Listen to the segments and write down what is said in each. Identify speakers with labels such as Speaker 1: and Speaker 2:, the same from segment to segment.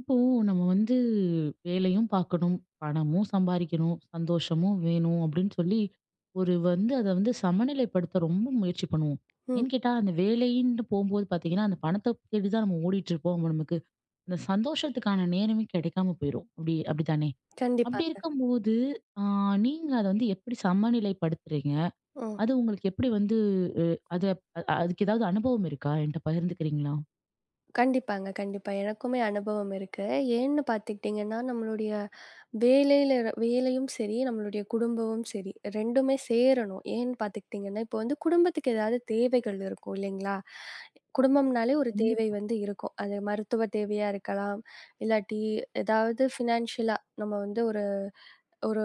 Speaker 1: இப்போ நம்ம வந்து வேலையும் பார்க்கணும், பணமும் சம்பாரிக்கணும், சந்தோஷமும் வேணும் அப்படின்னு சொல்லி ஒரு வந்து அத வந்து சமநிலைப்படுத்த ரொம்ப முயற்சி பண்ணுவோம்.
Speaker 2: ம்.
Speaker 1: ஏன்னு கேட்டா, அந்த வேலைன்னு போம்போது பார்த்தீங்கன்னா, அந்த பணத்த தேடி தான் நம்ம ஓடிட்டுருப்போம். நமக்கு அந்த சந்தோஷத்துக்கான நேரமே கிடைக்காம போயிரும். அப்படி அப்படித்தானே? அப்படி
Speaker 2: கண்டிப்பாங்க.
Speaker 1: இருக்கும்போது, ஆ நீங்க அத வந்து எப்படி சமநிலைப்படுத்துறீங்க?
Speaker 2: ம்.
Speaker 1: அது உங்களுக்கு எப்படி வந்து அ அது அதுக்கு ஏதாவது அனுபவம் இருக்கா? என்ட்ட பகிர்ந்துக்கிறீங்களா?
Speaker 2: கண்டிப்பாங்க, கண்டிப்பா. எனக்குமே அனுபவம் இருக்கு. ஏன்னு பார்த்துக்கிட்டிங்கன்னா, நம்மளுடைய வேலையில வேலையும் சரி, நம்மளுடைய குடும்பமும் சரி 2மே சேரணும். ஏன்னு பார்த்துக்கிட்டிங்கன்னா, இப்போ வந்து குடும்பத்துக்கு ஏதாவது தேவைகள் இருக்கும் இல்லைங்களா? குடும்பம்னாலே ஒரு தேவை
Speaker 1: கண்டிப்பா.
Speaker 2: வந்து இருக்கும். அது மருத்துவ தேவையா இருக்கலாம், இல்லாட்டி ஏதாவது ஃபினான்ஷியலா நம்ம வந்து ஒரு ஒரு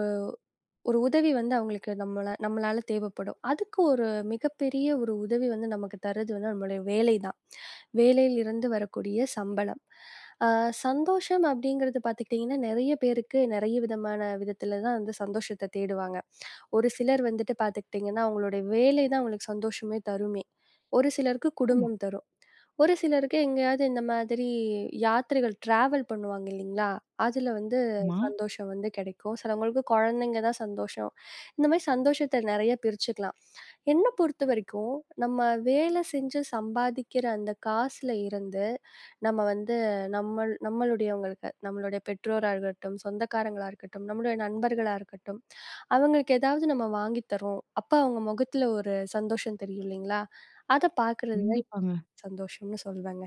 Speaker 2: ஒரு உதவி வந்து அவங்களுக்கு நம்மளால தேவைப்படும். அதுக்கு ஒரு மிகப்பெரிய ஒரு உதவி வந்து நமக்கு தர்றது வந்து நம்மளுடைய வேலை தான். வேலையிலிருந்து வரக்கூடிய சம்பளம். அ சந்தோஷம் அப்படிங்கிறது பார்த்துக்கிட்டிங்கன்னா, நெறைய பேருக்கு நெறைய விதமான விதத்தில தான் வந்து சந்தோஷத்த தேடுவாங்க. ஒரு சிலர் வந்துட்டு பார்த்துக்கிட்டிங்கன்னா, அவங்களுடைய வேலை தான் அவங்களுக்கு சந்தோஷமே தருமே! ஒரு சிலருக்கு
Speaker 1: ஆமா.
Speaker 2: குடும்பம் தரும். ஒரு சிலருக்கு எங்கேயாவது இந்த மாதிரி யாத்திரைகள் ட்ராவல் பண்ணுவாங்க இல்லீங்களா? அதுல வந்து
Speaker 1: ஆமா.
Speaker 2: சந்தோஷம் வந்து கிடைக்கும். சிலவங்களுக்கு குழந்தைங்க தான் சந்தோஷம். இந்த மாரி சந்தோஷத்த நெறைய பிரிச்சுக்கலாம். என்ன பொறுத்தவரைக்கும், நம்ம வேலை செஞ்சு சம்பாதிக்கிற அந்த காசுல இருந்து, நம்ம வந்து நம்மள் நம்மளுடையவங்களுக்கு, நம்மளுடைய பெற்றோரா இருக்கட்டும், சொந்தக்காரங்களா இருக்கட்டும், நம்மளுடைய நண்பர்களா இருக்கட்டும், அவங்களுக்கு ஏதாவது நம்ம வாங்கி தர்றோம். அப்ப அவங்க முகத்துல ஒரு சந்தோஷம் தெரியும் இல்லைங்களா? அத பார்க்கறது தான்
Speaker 1: கண்டிப்பாங்க.
Speaker 2: சந்தோஷம்னு சொல்வேங்க.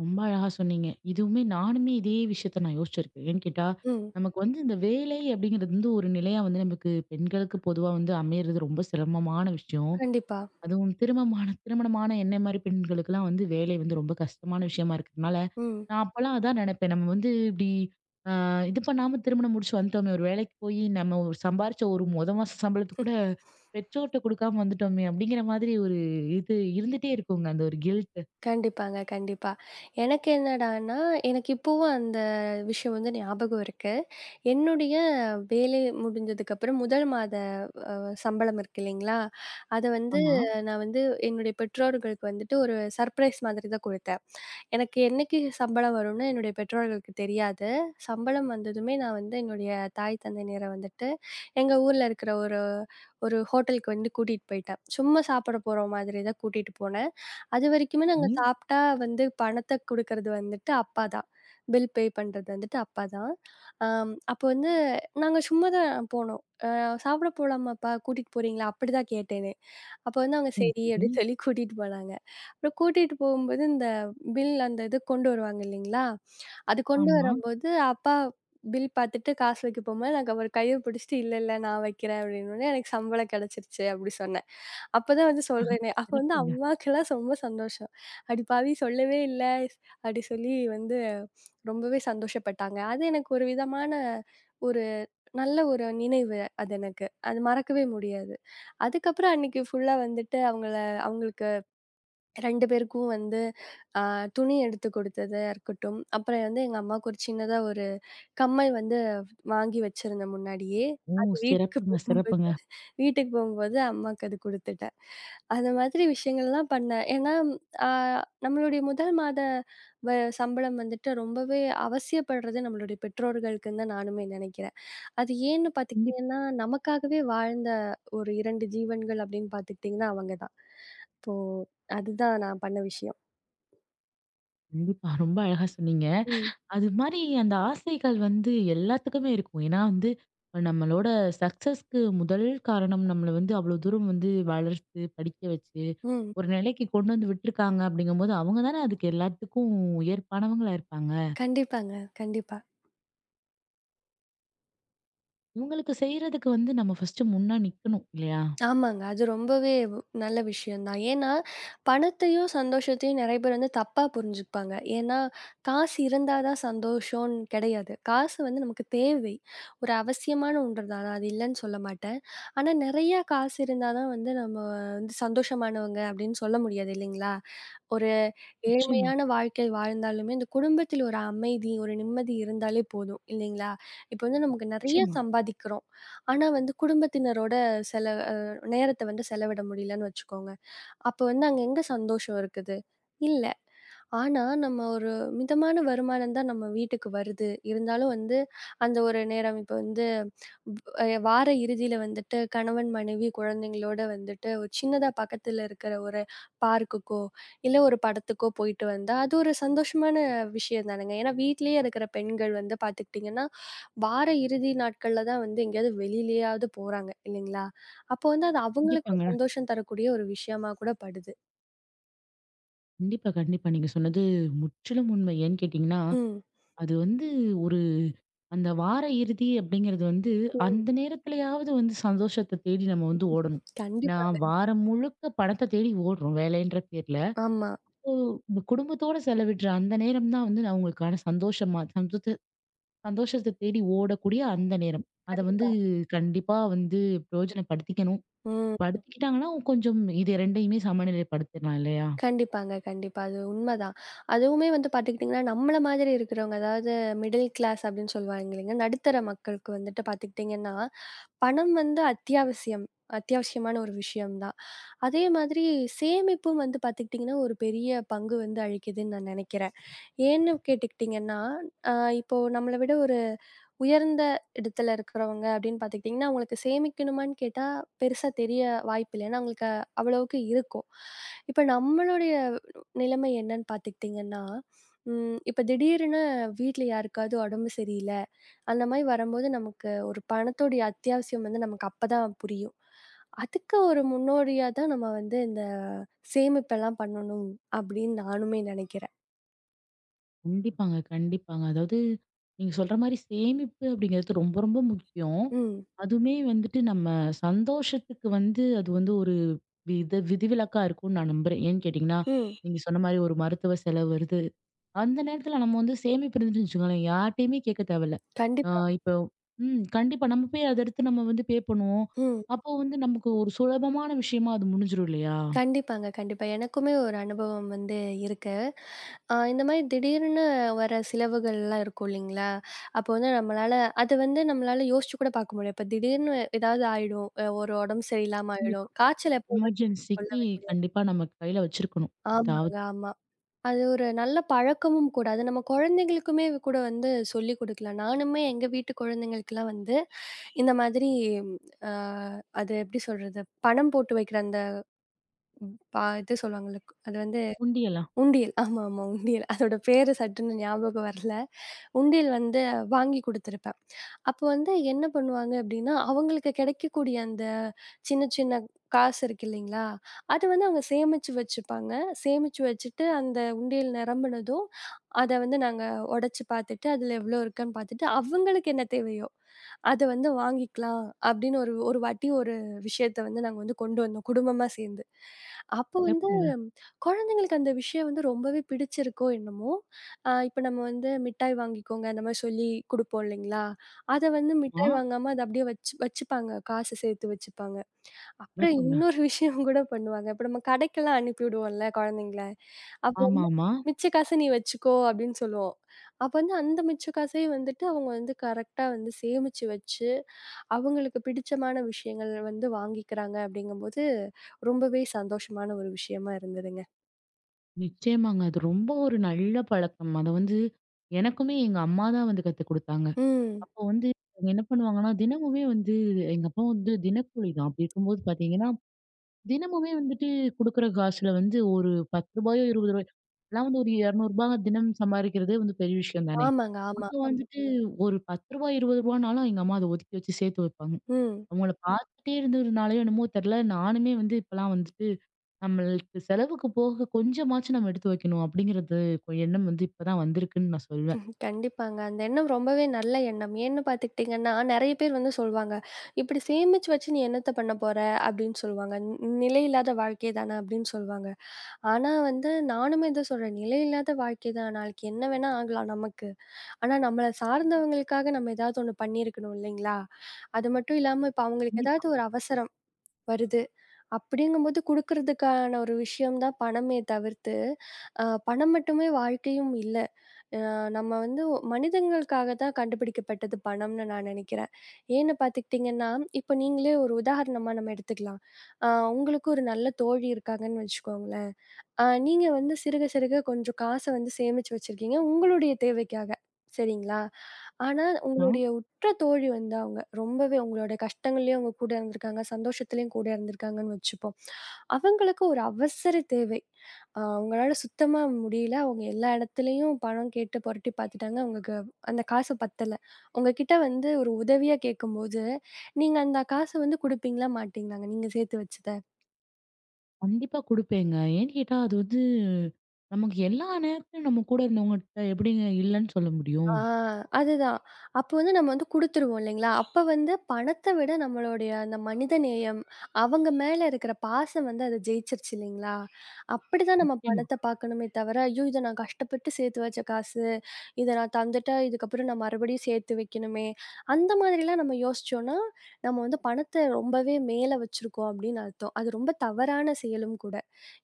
Speaker 1: ரொம்ப அழகா சொன்னீங்க. இதுவுமே நானுமே இதே விஷயத்த நான் யோசிச்சிருக்கேன். ஏன்னு கேட்டா,
Speaker 2: ம்.
Speaker 1: நமக்கு வந்து இந்த வேலை அப்படிங்கிறது வந்து ஒரு நிலையா வந்து நமக்கு பெண்களுக்கு பொதுவா வந்து அமையறது ரொம்ப சிரமமான விஷயம்.
Speaker 2: கண்டிப்பா.
Speaker 1: அதுவும் திருமணமான திருமணமான என்ன மாரி பெண்களுக்கெல்லாம் வந்து வேலை வந்து ரொம்ப கஷ்டமான விஷயமா இருக்கிறதுனால,
Speaker 2: ம்.
Speaker 1: நான் அப்பலாம் அதான் நெனைப்பேன். நம்ம வந்து இப்படி அ இது பண்ணாம திருமணம் முடிச்சு வந்துட்டோமே, ஒரு வேலைக்கு போயி நம்ம ஒரு சம்பாரிச்ச ஒரு மொத மாச சம்பளத்த கூட பெற்றோர்ட்ட குடுக்காம வந்துட்டோமே அப்படிங்கிற மாதிரி ஒரு இது இருந்துட்டே இருக்குங்க. அந்த ஒரு கில்ட்.
Speaker 2: கண்டிப்பாங்க, கண்டிப்பா. எனக்கு என்னடான்னா, எனக்கு இப்பவும் அந்த விஷயம் வந்து ஞாபகம் இருக்கு. என்னுடைய வேலை முடிஞ்சதுக்கப்புறம் முதல் மாத சம்பளம் இருக்கு இல்லைங்களா? அத வந்து
Speaker 1: ஆமா.
Speaker 2: நான் வந்து என்னுடைய பெற்றோர்களுக்கு வந்துட்டு ஒரு சர்ப்ரைஸ் மாதிரி தான் குடுத்தேன். எனக்கு என்னைக்கு சம்பளம் வரும்னு என்னுடைய பெற்றோர்களுக்கு தெரியாது. சம்பளம் வந்ததுமே நான் வந்து என்னுடைய தாய், தந்தையினர வந்துட்டு எங்க ஊர்ல இருக்கிற ஒரு ஒரு ஹோட்டலுக்கு வந்து கூட்டிட்டு போயிட்டேன். சும்மா சாப்பிட போற மாதிரி தான் கூட்டிட்டு போனேன். அதுவரைக்குமே நாங்க
Speaker 1: ம்.
Speaker 2: சாப்பிட்டா வந்து பணத்த குடுக்கறது வந்துட்டு அப்பா தான். பில் பே பண்றது வந்துட்டு அப்பா தான். அப்போ வந்து நாங்க சும்மா தான் போனோம். அ "சாப்பிட போலாமாப்பா? கூட்டிட்டு போறீங்களா?" அப்படிதான் கேட்டேனே. அப்போ வந்து அவங்க
Speaker 1: சரி,
Speaker 2: "சரி"
Speaker 1: சரி.
Speaker 2: அப்படின்னு சொல்லி கூட்டிட்டு போனாங்க. அப்புறம் கூட்டிட்டு போகும்போது இந்த பில் அந்த இது கொண்டு வருவாங்க இல்லைங்களா? அது கொண்டு
Speaker 1: ஆமா.
Speaker 2: வரும்போது, அப்பா பில் பார்த்துட்டு காசு வைக்க போம்போது, நான் அவரு கைய பிடிச்சுட்டு, "இல்ல, இல்ல நான் வைக்கிறேன்" அப்படின்னோனே, "எனக்கு சம்பளம் கிடைச்சிருச்சு" அப்படி சொன்னேன். அப்பதான் வந்து சொல்றேனே. அப்ப வந்து
Speaker 1: சிறப்புங்க.
Speaker 2: அம்மாக்கெல்லாம் ரொம்ப சந்தோஷம். "அடி பாவி சொல்லவே இல்ல" அப்படி சொல்லி வந்து ரொம்பவே சந்தோஷப்பட்டாங்க. அது எனக்கு ஒரு விதமான ஒரு நல்ல ஒரு நினைவு அது எனக்கு. அது மறக்கவே முடியாது. அதுக்கப்புறம் அன்னைக்கு ஃபுல்லா வந்துட்டு அவங்களுக்கு 2 பேருக்கும் வந்து அ துணி எடுத்து கொடுத்ததா இருக்கட்டும், அப்புறம் வந்து எங்க அம்மாவுக்கு ஒரு சின்னதா ஒரு கம்மல் வந்து வாங்கி வச்சிருந்தேன் முன்னாடியே.
Speaker 1: ஓ!
Speaker 2: அது வீட்டுக்கு
Speaker 1: சிறப்புங்க,
Speaker 2: போகும்போது
Speaker 1: சிறப்புங்க.
Speaker 2: வீட்டுக்கு போகும்போது அம்மாக்கு அது குடுத்துட்டேன். அந்த மாதிரி விஷயங்கள்லாம் பண்ணேன். ஏன்னா, அ நம்மளுடைய முதல் மாத வ சம்பளம் வந்துட்டு ரொம்பவே அவசியப்படுறது நம்மளுடைய பெற்றோர்களுக்குன்னு தான் நானுமே நினைக்கிறேன். அது ஏன்னு
Speaker 1: கண்டிப்பா,
Speaker 2: பார்த்துக்கிட்டீங்கன்னா, நமக்காகவே வாழ்ந்த ஒரு 2 ஜீவன்கள் அப்படின்னு பார்த்துக்கிட்டீங்கன்னா, அவங்க தான். இப்போ அதுதான் நான் பண்ண விஷயம்.
Speaker 1: கண்டிப்பா. ரொம்ப அழகா சொன்னீங்க.
Speaker 2: ம்.
Speaker 1: அது மாரி அந்த ஆசைகள் வந்து எல்லாத்துக்குமே இருக்கும். ஏன்னா வந்து நம்மளோட சக்சஸ்க்கு முதல் காரணம் நம்மள வந்து அவ்வளோ தூரம் வந்து வளர்த்து, படிக்க வச்சு,
Speaker 2: ம்.
Speaker 1: ஒரு நிலைக்கு கொண்டு வந்து விட்டுருக்காங்க அப்படிங்கும்போது, அவங்க தானே அதுக்கு எல்லாத்துக்கும் ஏற்பானவங்களா இருப்பாங்க.
Speaker 2: கண்டிப்பாங்க. கண்டிப்பா.
Speaker 1: இவங்களுக்கு செய்றதுக்கு வந்து நம்ம ஃபர்ஸ்ட்டு முன்னா நிக்கணும் இல்லையா?
Speaker 2: ஆமாங்க. அது ரொம்பவே நல்ல விஷயம் தான். ஏன்னா, பணத்தையும், சந்தோஷத்தையும் நெறைய பேர் வந்து தப்பா புரிஞ்சுப்பாங்க. ஏன்னா, காசு இருந்தா தான் சந்தோஷம்ன்னு கிடையாது. காசு வந்து நமக்கு தேவை. ஒரு அவசியமான ஒன்று தான். நான் அது இல்லன்னு சொல்ல மாட்டேன். ஆனா, நெறையா காசு இருந்தா தான் வந்து நம்ம வந்து சந்தோஷமானவங்க அப்படின்னு சொல்ல முடியாது இல்லைங்களா? ஒரு
Speaker 1: நிச்சயமா,
Speaker 2: ஏழ்மையான வாழ்க்கை வாழ்ந்தாலுமே, இந்த குடும்பத்தில ஒரு அமைதி, ஒரு நிம்மதி இருந்தாலே போதும் இல்லைங்களா? இப்ப வந்து நமக்கு நெறைய
Speaker 1: நிச்சயமா.
Speaker 2: சம்பாதிக்கிறோம். ஆனா வந்து குடும்பத்தினரோட செல அ நேரத்த வந்து செலவிட முடியலன்னு வச்சுக்கோங்க. அப்ப வந்து அங்க எங்க சந்தோஷம் இருக்குது? இல்ல. ஆனா, நம்ம ஒரு மிதமான வருமானம் தான் நம்ம வீட்டுக்கு வருது. இருந்தாலும் வந்து, அந்த ஒரு நேரம் இப்ப வந்து வார இறுதியில வந்துட்டு கணவன், மனைவி, குழந்தைங்களோட வந்துட்டு ஒரு சின்னதா பக்கத்துல இருக்கிற ஒரு பார்க்குக்கோ, இல்ல ஒரு படத்துக்கோ போயிட்டு வந்தா, அது ஒரு சந்தோஷமான விஷயம் தானங்க. ஏன்னா வீட்லயே இருக்கிற பெண்கள் வந்து பார்த்துக்கிட்டிங்கன்னா, வார இறுதி நாட்கள்ல தான் வந்து எங்கேயாவது வெளியிலயாவது போறாங்க இல்லைங்களா? அப்போ வந்து அது அவங்களுக்கு
Speaker 1: கண்டிப்பாங்க.
Speaker 2: சந்தோஷம் தரக்கூடிய ஒரு விஷயமா கூட படுது.
Speaker 1: கண்டிப்பா, கண்டிப்பா. நீங்க சொன்னது முற்றிலும் உண்மை. ஏன்னு கேட்டீங்கன்னா,
Speaker 2: ம்.
Speaker 1: அது வந்து ஒரு அந்த வார இறுதி அப்படிங்கிறது வந்து,
Speaker 2: ம்.
Speaker 1: அந்த நேரத்திலயாவது வந்து சந்தோஷத்த தேடி நம்ம வந்து ஓடணும். ஏன்னா,
Speaker 2: கண்டிப்பாங்க.
Speaker 1: வாரம் முழுக்க பணத்த தேடி ஓடுறோம் வேலைன்ற பேர்ல.
Speaker 2: ஆமா.
Speaker 1: ஸோ, இந்த குடும்பத்தோட செலவிடுற அந்த நேரம் தான் வந்து அவங்களுக்கான சந்தோஷமா சந்தோஷத்த சந்தோஷத்த தேடி ஓடக்கூடிய அந்த நேரம். அத வந்து
Speaker 2: கண்டிப்பா.
Speaker 1: கண்டிப்பா வந்து பிரயோஜனப்படுத்திக்கணும்.
Speaker 2: ம்.
Speaker 1: படுத்திக்கிட்டாங்கன்னா, கொஞ்சம் இது 2யுமே சமநிலைப்படுத்திடலாம் இல்லையா?
Speaker 2: கண்டிப்பாங்க, கண்டிப்பா. அது உண்மதான். அதுவுமே வந்து பார்த்துக்கிட்டிங்கன்னா, நம்மள மாதிரி இருக்கிறவங்க, அதாவது மிடில் கிளாஸ் அப்படின்னு சொல்லுவாங்க இல்லைங்க. நடுத்தர மக்களுக்கு வந்துட்டு பார்த்துக்கிட்டிங்கன்னா, பணம் வந்து அத்தியாவசியம். அத்தியாவசியமான ஒரு விஷயம் தான். அதே மாதிரி சேமிப்பும் வந்து பார்த்துக்கிட்டிங்கன்னா, ஒரு பெரிய பங்கு வந்து அளிக்குதுன்னு நான் நினைக்கிறேன். ஏன்னு கேட்டுக்கிட்டிங்கன்னா, அ இப்போ நம்மள விட ஒரு உயர்ந்த இடத்துல இருக்கிறவங்க அப்படின்னு பார்த்துக்கிட்டிங்கன்னா, அவங்களுக்கு சேமிக்கணுமான்னு கேட்டா பெருசா தெரிய வாய்ப்பில்ல. ஏன்னா அவங்களுக்கு அவ்வளவுக்கு இருக்கும். இப்ப நம்மளுடைய நிலைமை என்னன்னு பார்த்துக்கிட்டிங்கன்னா, இப்ப திடீர்னு வீட்ல யாருக்காவது உடம்பு சரியில்ல, அந்த மாரி வரும்போது நமக்கு ஒரு பணத்தோடைய அத்தியாவசியம் வந்து நமக்கு அப்பதான் புரியும். அதுக்கு ஒரு முன்னோடியா தான் நம்ம வந்து இந்த சேமிப்பெல்லாம் பண்ணணும் அப்படின்னு நானுமே நெனைக்கிறேன்.
Speaker 1: கண்டிப்பாங்க, கண்டிப்பாங்க. அதாவது நீங்க சொல்ற மாரி சேமிப்பு அப்படிங்கிறது ரொம்ப ரொம்ப முக்கியம்.
Speaker 2: ம்.
Speaker 1: அதுவுமே வந்துட்டு நம்ம சந்தோஷத்துக்கு வந்து அது வந்து ஒரு வித விதிவிலக்கா இருக்கும்னு நான் நம்புறேன். ஏன்னு கேட்டீங்கன்னா,
Speaker 2: ம்.
Speaker 1: நீங்க சொன்ன மாரி ஒரு மருத்துவ செலவு வருது. அந்த நேரத்துல நம்ம வந்து சேமிப்பு இருந்துச்சுன்னு வச்சுக்கோங்களேன், யார்ட்டயுமே கேட்க தேவையில்ல. ஆ
Speaker 2: கண்டிப்பா.
Speaker 1: இப்போ கண்டிப்பா நம்ம போய் அத எடுத்து நம்ம வந்து பே பண்ணுவோம்.
Speaker 2: ம்.
Speaker 1: அப்போ வந்து நமக்கு ஒரு சுலபமான விஷயமா அது முடிஞ்சிரும் இல்லையா?
Speaker 2: கண்டிப்பாங்க, கண்டிப்பா. எனக்குமே ஒரு அனுபவம் வந்து இருக்கு. இந்த மாரி திடீர்னு வர செலவுகள்லாம் இருக்கும் இல்லைங்களா? அப்போ வந்து நம்மளால அது வந்து நம்மளால யோசிச்சு கூட பார்க்க முடியாது. இப்ப திடீர்னு ஏதாவது ஆயிடும். ஒரு உடம்பு சரியில்லாம ஆயிடும்.
Speaker 1: கண்டிப்பா.
Speaker 2: காய்ச்சல் எப்போ வரும்னு
Speaker 1: எமர்ஜென்சிக்கு
Speaker 2: சொல்லவே முடியாது.
Speaker 1: கண்டிப்பா நம்ம கையில வச்சிருக்கணும்.
Speaker 2: ஆமாங்க,
Speaker 1: அதாவது
Speaker 2: ஆமா. அது ஒரு நல்ல பழக்கமும் கூட. அது நம்ம குழந்தைகளுக்குமே கூட வந்து சொல்லிக் கொடுக்கலாம். நானுமே எங்க வீட்டு குழந்தைங்களுக்குலாம் வந்து இந்த மாதிரி அ அது எப்படி சொல்றது? பணம் போட்டு வைக்கிற அந்த இது சொல்லுவாங்கல்ல. அது வந்து
Speaker 1: உண்டியல்
Speaker 2: உண்டியல். ஆமாமா. உண்டியல். அதோட பேரு சட்டுன்னு ஞாபகம் வரல. உண்டியல் வந்து வாங்கி குடுத்துருப்பேன். அப்போ வந்து என்ன பண்ணுவாங்க அப்டின்னா, அவங்களுக்கு கிடைக்கக்கூடிய அந்த சின்ன சின்ன காசு இருக்கு இல்லைங்களா? அது வந்து அவங்க சேமிச்சு வச்சுப்பாங்க. சேமிச்சு வச்சுட்டு அந்த உண்டியல் நிரம்புனதும், அத வந்து நாங்க உடைச்சு பார்த்துட்டு, அதுல எவ்ளோ இருக்குன்னு பார்த்துட்டு, அவங்களுக்கு என்ன தேவையோ, அத வந்து வாங்கிக்கலாம் அப்டின்னு ஒரு ஒரு வாட்டி ஒரு விஷயத்த வந்து நாங்க வந்து கொண்டு வந்தோம், குடும்பமா சேர்ந்து. அப்போ வந்து
Speaker 1: சிறப்புங்க.
Speaker 2: குழந்தைங்களுக்கு அந்த விஷயம் வந்து ரொம்பவே பிடிச்சிருக்கோ என்னமோ! இப்ப நம்ம வந்து மிட்டாய் வாங்கிக்கோங்க, அந்த மாரி சொல்லி குடுப்போம் இல்லைங்களா? அத வந்து
Speaker 1: ஆ,
Speaker 2: மிட்டாய் வாங்காம அத அப்படியே வச்சு வச்சுப்பாங்க. காசு சேர்த்து வச்சுப்பாங்க. அப்புறம்
Speaker 1: சிறப்புங்க.
Speaker 2: இன்னொரு விஷயம் கூட பண்ணுவாங்க. இப்ப நம்ம கடைக்கெல்லாம் அனுப்பி விடுவோம்ல குழந்தைங்கள. அப்ப வந்து
Speaker 1: ஆமாமா.
Speaker 2: மிச்ச காச நீ வச்சுக்கோ அப்படின்னு சொல்லுவோம். அப்ப வந்து அந்த மிச்ச காசையும் வந்துட்டு அவங்க வந்து கரெக்ட்டா வந்து சேமிச்சு வச்சு, அவங்களுக்கு பிடிச்சமான விஷயங்கள் வந்து வாங்கிக்கிறாங்க அப்படிங்கும்போது ரொம்பவே சந்தோஷமான ஒரு விஷயமா இருந்ததுங்க.
Speaker 1: நிச்சயமாங்க. அது ரொம்ப ஒரு நல்ல பழக்கம். அத வந்து எனக்குமே எங்க அம்மா தான் வந்து கத்துக் குடுத்தாங்க.
Speaker 2: ம்.
Speaker 1: அப்போ வந்து அவங்க என்ன பண்ணுவாங்கன்னா, தினமுமே வந்து எங்க அப்பா வந்து தினக்கூலி தான். அப்படி இருக்கும்போது பார்த்தீங்கன்னா, தினமுமே வந்துட்டு குடுக்குற காசுல வந்து ஒரு ரூ. 10 ரூ. 20 எல்லாம் வந்து ஒரு ரூ. 200 தினம் சம்பாரிக்கிறதே வந்து பெரிய விஷயம் தானே.
Speaker 2: ஆமாங்க, ஆமா.
Speaker 1: அப்போ வந்துட்டு கண்டிப்பா. ஒரு ரூ. 10 ரூ. 20னாலும் எங்க அம்மா அத ஒதுக்கி வச்சு சேர்த்து வைப்பாங்க.
Speaker 2: ம்.
Speaker 1: அவங்கள பார்த்துட்டே இருந்ததுனாலயோ என்னமோ தெரியல, நானுமே வந்து இப்பலாம் வந்துட்டு நம்மளுக்கு செலவுக்கு போக கொஞ்சமாச்சும் நம்ம எடுத்து வைக்கணும் அப்படிங்கிறது எண்ணம் வந்து இப்பதான் வந்திருக்குன்னு நான் சொல்வேன்
Speaker 2: கண்டிப்பாங்க. அந்த எண்ணம் ரொம்பவே நல்ல எண்ணம். ஏன்னு பார்த்துக்கிட்டீங்கன்னா, நெறைய பேர் வந்து சொல்வாங்க, "இப்படி சேமிச்சு வச்சு நீ என்னத்த பண்ண போற?" அப்படின்னு சொல்வாங்க. "நிலையில்லாத வாழ்க்கை தானே" அப்படின்னு சொல்வாங்க. ஆனா வந்து நானுமே இத சொல்றேன், "நிலையில்லாத வாழ்க்கை தான். நாளைக்கு என்ன வேணா ஆகலாம் நமக்கு. ஆனா நம்மள சார்ந்தவங்களுக்காக நம்ம ஏதாவது ஒண்ணு பண்ணியிருக்கணும் இல்லைங்களா? அது மட்டும் இல்லாம, இப்ப அவங்களுக்கு
Speaker 1: கண்டிப்பா
Speaker 2: ஏதாவது ஒரு அவசரம் வருது. அப்படிங்கும்போது குடுக்கறதுக்கான ஒரு விஷயம் தான் பணமே தவிர்த்து, பணம் மட்டுமே வாழ்க்கையும் இல்ல. நம்ம வந்து மனிதங்களுக்காக தான் கண்டுபிடிக்கப்பட்டது பணம்னு நான் நெனைக்கிறேன். ஏன்னு பார்த்துக்கிட்டிங்கன்னா, இப்போ நீங்களே ஒரு உதாரணமா நம்ம எடுத்துக்கலாம். அ உங்களுக்கு ஒரு நல்ல தோழி இருக்காங்கன்னு வச்சுக்கோங்களேன். நீங்க வந்து சிறுக சிறுக கொஞ்சம் காச வந்து சேமிச்சு வச்சிருக்கீங்க, உங்களுடைய தேவைக்காக. சரிங்களா? ஆனா,
Speaker 1: நான்
Speaker 2: உங்களுடைய உற்ற தோழி வந்து அவங்க. ரொம்பவே உங்களோட கஷ்டங்கள்லயும் அவங்க கூட இருந்திருக்காங்க, சந்தோஷத்துலயும் கூட இருந்திருக்காங்கன்னு வச்சுப்போம். அவங்களுக்கு ஒரு அவசர தேவை. அவங்களால சுத்தமா முடியல. அவங்க எல்லா இடத்துலயும் பணம் கேட்டு புரட்டி பார்த்துட்டாங்க. அவங்களுக்கு அந்த காசு பத்தல. உங்ககிட்ட வந்து ஒரு உதவியா கேட்கும்போது, நீங்க அந்த காச வந்து குடுப்பீங்களா? மாட்டீங்களாங்க நீங்க சேர்த்து வச்சத?
Speaker 1: கண்டிப்பா கொடுப்பேங்க ஏன்னு கேட்டா அது வந்து நமக்கு எல்லா நேரத்திலும் நம்ம கூட இருந்தவங்ககிட்ட எப்படிங்க இல்லைன்னு சொல்ல முடியும்
Speaker 2: ஆ அதுதான். அப்போ வந்து நம்ம வந்து குடுத்துருவோம் இல்லைங்களா? அப்ப வந்து பணத்த விட நம்மளுடைய அந்த மனித நேயம், அவங்க மேல இருக்கிற பாசம் வந்து அத ஜெயிச்சிருச்சு இல்லைங்களா? அப்படிதான் நம்ம
Speaker 1: நிச்சயமா
Speaker 2: பணத்த பார்க்கணுமே தவிர, ஐயோ! இத நான் கஷ்டப்பட்டு சேர்த்து வச்ச காசு. இத நான் தந்துட்டா இதுக்கப்புறம் நான் மறுபடியும் சேர்த்து வைக்கணுமே. அந்த மாதிரிலாம் நம்ம யோசிச்சோம்னா, நம்ம வந்து பணத்த ரொம்பவே மேல வச்சிருக்கோம் அப்படின்னு அர்த்தம். அது ரொம்ப தவறான செயலும் கூட.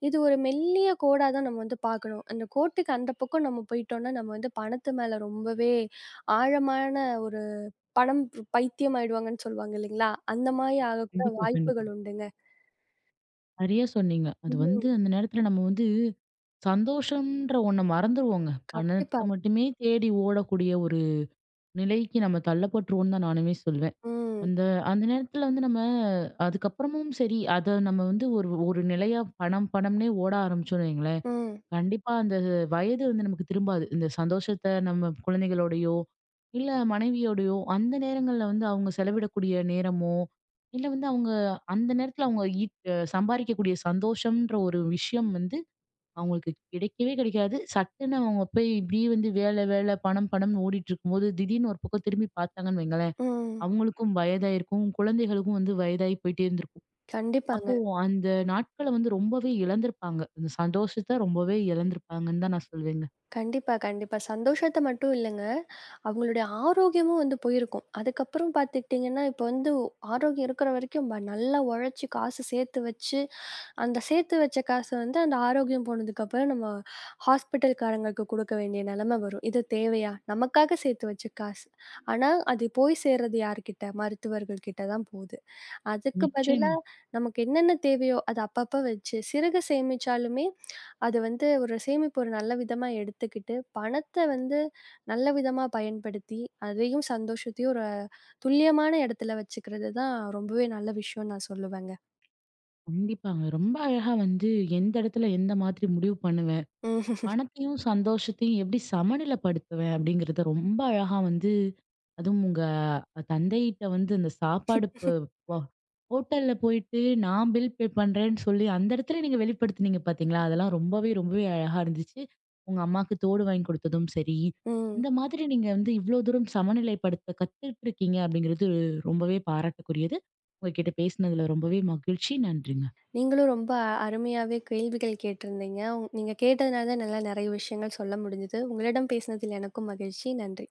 Speaker 2: இது ஒரு மெல்லிய கோடா தான் நம்ம வந்து பார்க்கணும். அந்த கோட்டுக்கு அந்த பக்கம் நம்ம போயிட்டோம்னா, நம்ம வந்து பணத்து மேல ரொம்பவே ஆழமான ஒரு பணம் பைத்தியம் ஆயிடுவாங்கன்னு சொல்லுவாங்க இல்லைங்களா? அந்த மாரி ஆகக்கூட
Speaker 1: கண்டிப்பா கண்டிப்பா
Speaker 2: வாய்ப்புகள் உண்டுங்க.
Speaker 1: நிறைய சொன்னீங்க அது வந்து
Speaker 2: ம்.
Speaker 1: அந்த நேரத்துல நம்ம வந்து சந்தோஷம்ன்ற ஒண்ணை மறந்துருவோங்க
Speaker 2: கண்டிப்பா.
Speaker 1: பணத்தை மட்டுமே தேடி ஓடக்கூடிய ஒரு நிலைக்கு நம்ம தள்ளப்பட்டுருவோம்னு தான் நானுமே சொல்வேன்
Speaker 2: ம்.
Speaker 1: அந்த அந்த நேரத்துல வந்து நம்ம அதுக்கப்புறமும் சரி, அத நம்ம வந்து ஒரு ஒரு நிலையா பணம் பணம்னே ஓட ஆரம்பிச்சோம்னு வைங்களேன்,
Speaker 2: ம்.
Speaker 1: கண்டிப்பா அந்த வயது வந்து நமக்கு திரும்பாது. இந்த சந்தோஷத்த நம்ம குழந்தைகளோடயோ, இல்ல மனைவியோடயோ, அந்த நேரங்கள்ல வந்து அவங்க செலவிடக்கூடிய நேரமோ, இல்ல வந்து அவங்க அந்த நேரத்துல அவங்க ஈட் அ சம்பாரிக்கக்கூடிய சந்தோஷம்ன்ற ஒரு விஷயம் வந்து அவங்களுக்கு கிடைக்கவே கிடைக்காது. சட்டுன்னு அவங்க போய் இப்படியே வந்து வேலை, வேலை, பணம், பணம்னு ஓடிட்டு இருக்கும்போது, திடீர்னு ஒரு பக்கம் திரும்பி பார்த்தாங்கன்னு வைங்களேன்
Speaker 2: ம்.
Speaker 1: அவங்களுக்கும் வயதாயிருக்கும். குழந்தைகளுக்கும் வந்து வயதாகி போயிட்டே இருந்திருக்கும்.
Speaker 2: கண்டிப்பாங்க.
Speaker 1: அப்போ அந்த நாட்கள வந்து ரொம்பவே இழந்திருப்பாங்க. அந்த சந்தோஷத்த ரொம்பவே இழந்திருப்பாங்கன்னு தான் நான் சொல்வேங்க.
Speaker 2: கண்டிப்பா, கண்டிப்பா. சந்தோஷத்த மட்டும் இல்லங்க, அவங்களுடைய ஆரோக்கியமும் வந்து போயிருக்கும். அதுக்கப்புறம் பார்த்துக்கிட்டீங்கன்னா, இப்போ வந்து ஆரோக்கியம் இருக்கிற வரைக்கும் நல்லா உழைச்சு காசு சேர்த்து வச்சு அந்த சேர்த்து வச்ச காச வந்து அந்த ஆரோக்கியம் போனதுக்கப்புறம் நம்ம ஹாஸ்பிட்டல்காரங்களுக்கு குடுக்க வேண்டிய நிலைமை வரும். இது தேவையா? நமக்காக சேர்த்து வச்ச காசு. ஆனா, அது போய் சேர்றது யார்கிட்ட? மருத்துவர்கள் கிட்ட தான் போகுது. அதுக்கு பதிலா
Speaker 1: நிச்சயமா.
Speaker 2: நமக்கு என்னென்ன தேவையோ அத அப்பப்ப வச்சு சிறுக சேமிச்சாலுமே, அது வந்து ஒரு சேமிப்பு ஒரு நல்ல விதமா எடுத்துக்கிட்டு, பணத்த வந்து நல்ல விதமா பயன்படுத்தி, அதையும் சந்தோஷத்தையும் ஒரு துல்லியமான இடத்துல வச்சுக்கிறது தான் ரொம்பவே நல்ல விஷயம்னு நான் சொல்லுவேங்க.
Speaker 1: கண்டிப்பாங்க. ரொம்ப அழகா வந்து எந்த இடத்துல எந்த மாதிரி முடிவு பண்ணுவேன்
Speaker 2: ம்.
Speaker 1: பணத்தையும், சந்தோஷத்தையும் எப்படி சமநிலைப்படுத்துவேன் அப்படிங்கிறத ரொம்ப அழகா வந்து அதுவும் உங்க தந்தையிட்ட வந்து அந்த சாப்பாடு ப ப ஹோட்டல்ல போயிட்டு நான் பில் பே பண்றேன்னு சொல்லி அந்த இடத்துல நீங்க வெளிப்படுத்துனீங்க பார்த்தீங்களா? அதெல்லாம் ரொம்பவே, ரொம்பவே அழகா இருந்துச்சு. உங்க அம்மாக்கு தோடு வாங்கி கொடுத்ததும் சரி,
Speaker 2: ம்.
Speaker 1: இந்த மாதிரி நீங்க வந்து இவ்வளோ தூரம் சமநிலைப்படுத்த கத்துட்டு இருக்கீங்க அப்படிங்கிறது ரொம்பவே பாராட்டக்குரியது. உங்ககிட்ட பேசினதுல ரொம்பவே மகிழ்ச்சி. நன்றிங்க.
Speaker 2: நீங்களும் ரொம்ப அருமையாவே கேள்விகள் கேட்டிருந்தீங்க. நீங்க கேட்டதுனால தான் என்னால நெறைய விஷயங்கள் சொல்ல முடிஞ்சது. உங்களிடம் பேசினதில் எனக்கும் மகிழ்ச்சி. நன்றி.